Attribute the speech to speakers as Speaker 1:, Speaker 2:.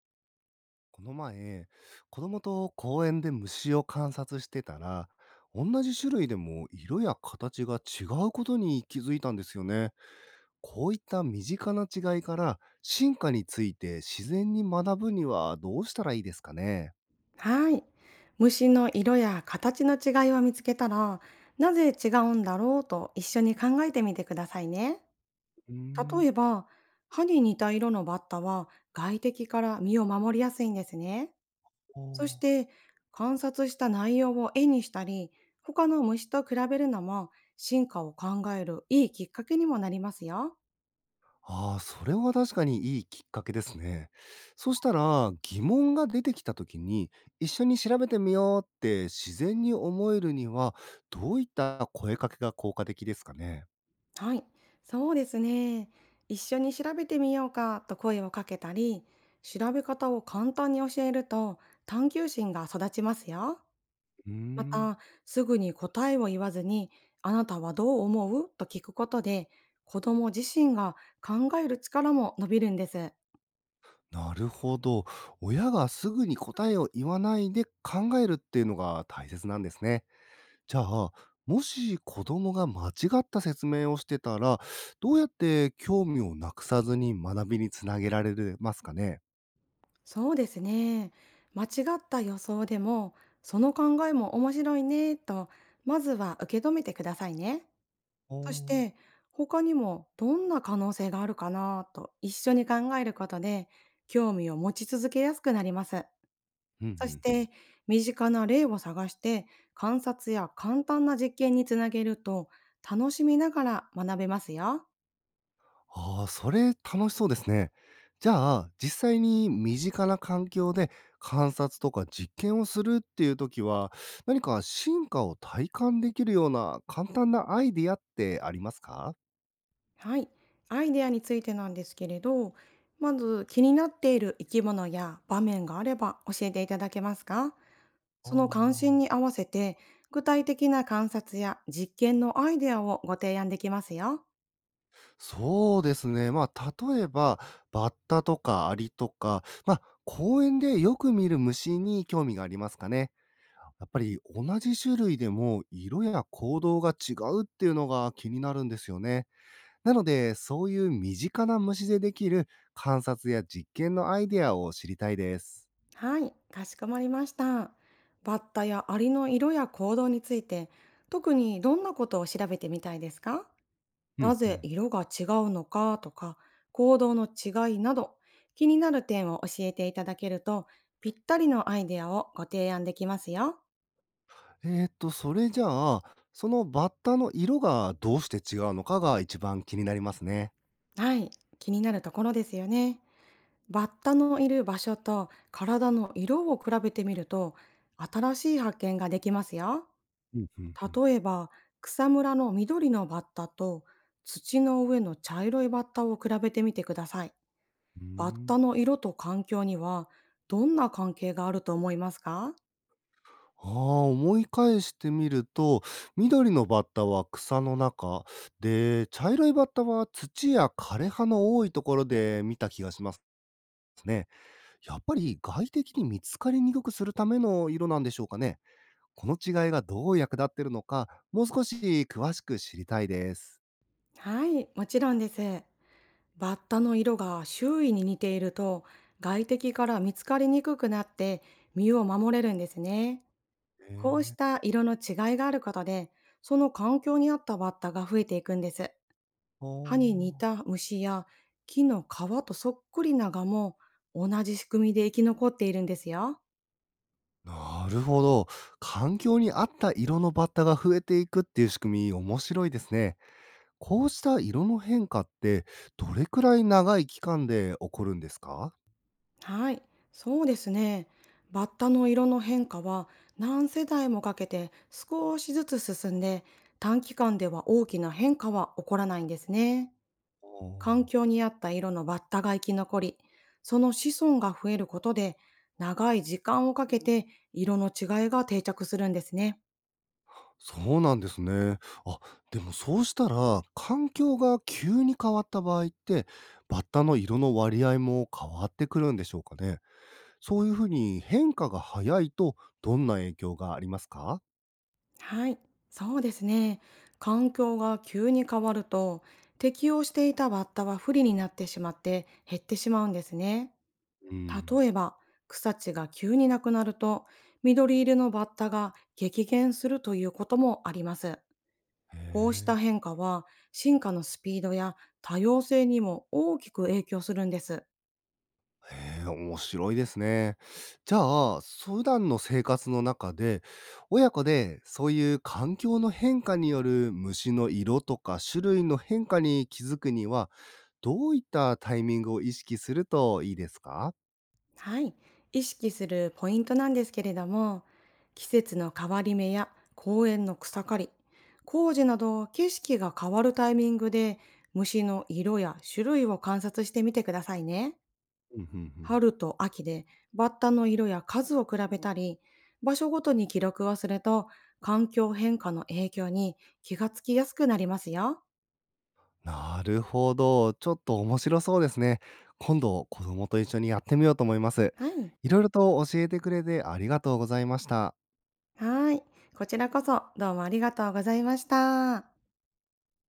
Speaker 1: この前、子供と公園で虫を観察してたら、同じ種類でも色や形が違うことに気づいたんですよね。こういった身近な違いから進化について自然に学ぶにはどうしたらいいですかね。
Speaker 2: はい。虫の色や形の違いを見つけたら、なぜ違うんだろうと一緒に考えてみてくださいね。
Speaker 1: うーん。
Speaker 2: 例えば、歯に似た色のバッタは外敵から身を守りやすいんですね。
Speaker 1: お
Speaker 2: そし
Speaker 1: ー。
Speaker 2: て、観察した内容を絵にしたり、他の虫と比べるのも進化を考えるいいきっかけにもなりますよ。
Speaker 1: ああ、それは確かにいいきっかけですね。そしたら、疑問が出てきた時に、一緒に調べてみようって自然に思えるには、どういった声かけが効果的ですかね？
Speaker 2: はい、そうですね。一緒に調べてみようかと声をかけたり、調べ方を簡単に教えると探求心が育ちますよ。
Speaker 1: うー
Speaker 2: ま
Speaker 1: ん。
Speaker 2: た、すぐに答えを言わずに、あなたはどう思うと聞くことで、子供自身が考える力も伸びるんです。
Speaker 1: なるほど。親がすぐに答えを言わないで考えるっていうのが大切なんですね。じゃあ、もし子供が間違った説明をしてたら、どうやって興味をなくさずに学びにつなげられるますかね？
Speaker 2: そうですね。間違った予想でも、その考えも面白いねと、まずは受け止めてくださいね。
Speaker 1: お
Speaker 2: そし
Speaker 1: お。
Speaker 2: て、他にもどんな可能性があるかなと一緒に考えることで、興味を持ち続けやすくなります。
Speaker 1: うん、う
Speaker 2: そし
Speaker 1: んうん。
Speaker 2: て、身近な例を探して、観察や簡単な実験につなげると、楽しみながら学べますよ。
Speaker 1: ああ、それ楽しそうですね。じゃあ、実際に身近な環境で観察とか実験をするっていう時は、何か進化を体感できるような簡単なアイディアってありますか？
Speaker 2: はい。アイデアについてなんですけれど、まず気になっている生き物や場面があれば教えていただけますか？
Speaker 1: あ
Speaker 2: その関心
Speaker 1: あ、
Speaker 2: に合わせて、具体的な観察や実験のアイデアをご提案できますよ。
Speaker 1: そうですね。まあ、例えば、バッタとかアリとか、まあ、公園でよく見る虫に興味がありますかね。やっぱり同じ種類でも色や行動が違うっていうのが気になるんですよね。なので、そういう身近な虫でできる観察や実験のアイデアを知りたいです。
Speaker 2: はい、かしこまりました。バッタやアリの色や行動について、特にどんなことを調べてみたいですか？
Speaker 1: う
Speaker 2: な
Speaker 1: んう
Speaker 2: ぜ
Speaker 1: ん。
Speaker 2: 色が違うのかとか、行動の違いなど、気になる点を教えていただけると、ぴったりのアイデアをご提案できますよ。
Speaker 1: それじゃあ、そのバッタの色がどうして違うのかが一番気になりますね。
Speaker 2: はい、気になるところですよね。バッタのいる場所と体の色を比べてみると、新しい発見ができますよ。
Speaker 1: うんうんうん。
Speaker 2: 例えば、草むらの緑のバッタと土の上の茶色いバッタを比べてみてください。
Speaker 1: うー
Speaker 2: バッ
Speaker 1: ん。
Speaker 2: タの色と環境にはどんな関係があると思いますか？
Speaker 1: ああ、思い返してみると、緑のバッタは草の中で、茶色いバッタは土や枯れ葉の多いところで見た気がしますね。やっぱり外敵に見つかりにくくするための色なんでしょうかね。この違いがどう役立っているのか、もう少し詳しく知りたいです。
Speaker 2: はい、もちろんです。バッタの色が周囲に似ていると外敵から見つかりにくくなって身を守れるんですね。
Speaker 1: へ
Speaker 2: こうし
Speaker 1: え。
Speaker 2: た色の違いがあることで、その環境に合ったバッタが増えていくんです。
Speaker 1: あ
Speaker 2: 歯に似
Speaker 1: ー。
Speaker 2: た虫や木の皮とそっくりなガも同じ仕組みで生き残っているんですよ。
Speaker 1: なるほど。環境に合った色のバッタが増えていくっていう仕組み、面白いですね。こうした色の変化って、どれくらい長い期間で起こるんですか？
Speaker 2: はい、そうですね。バッタの色の変化は何世代もかけて少しずつ進んで、短期間では大きな変化は起こらないんですね。
Speaker 1: ああ。お
Speaker 2: 環
Speaker 1: ー。
Speaker 2: 境に合った色のバッタが生き残り、その子孫が増えることで、長い時間をかけて色の違いが定着するんですね。
Speaker 1: そうなんですね。あ、でもそうしたら、環境が急に変わった場合って、バッタの色の割合も変わってくるんでしょうかね。そういうふうに変化が早いと、どんな影響がありますか？
Speaker 2: はい、そうですね。環境が急に変わると、適応していたバッタは不利になってしまって減ってしまうんですね。
Speaker 1: うん。
Speaker 2: 例えば、草地が急になくなると、緑色のバッタが激減するということもあります。
Speaker 1: へ
Speaker 2: こうした
Speaker 1: え。
Speaker 2: 変化は、進化のスピードや多様性にも大きく影響するんです。
Speaker 1: へえ、面白いですね。じゃあ、普段の生活の中で、親子でそういう環境の変化による虫の色とか種類の変化に気づくには、どういったタイミングを意識するといいですか？
Speaker 2: はい。意識するポイントなんですけれども、季節の変わり目や公園の草刈り、工事など景色が変わるタイミングで虫の色や種類を観察してみてくださいね。
Speaker 1: うん、うんうん。
Speaker 2: 春と秋でバッタの色や数を比べたり、場所ごとに記録をすると、環境変化の影響に気がつきやすくなりますよ。
Speaker 1: なるほど。ちょっと面白そうですね。今度、子供と一緒にやってみようと思います。
Speaker 2: はい。
Speaker 1: いろいろと教えてくれてありがとうございました。
Speaker 2: はーい。こちらこそどうもありがとうございました。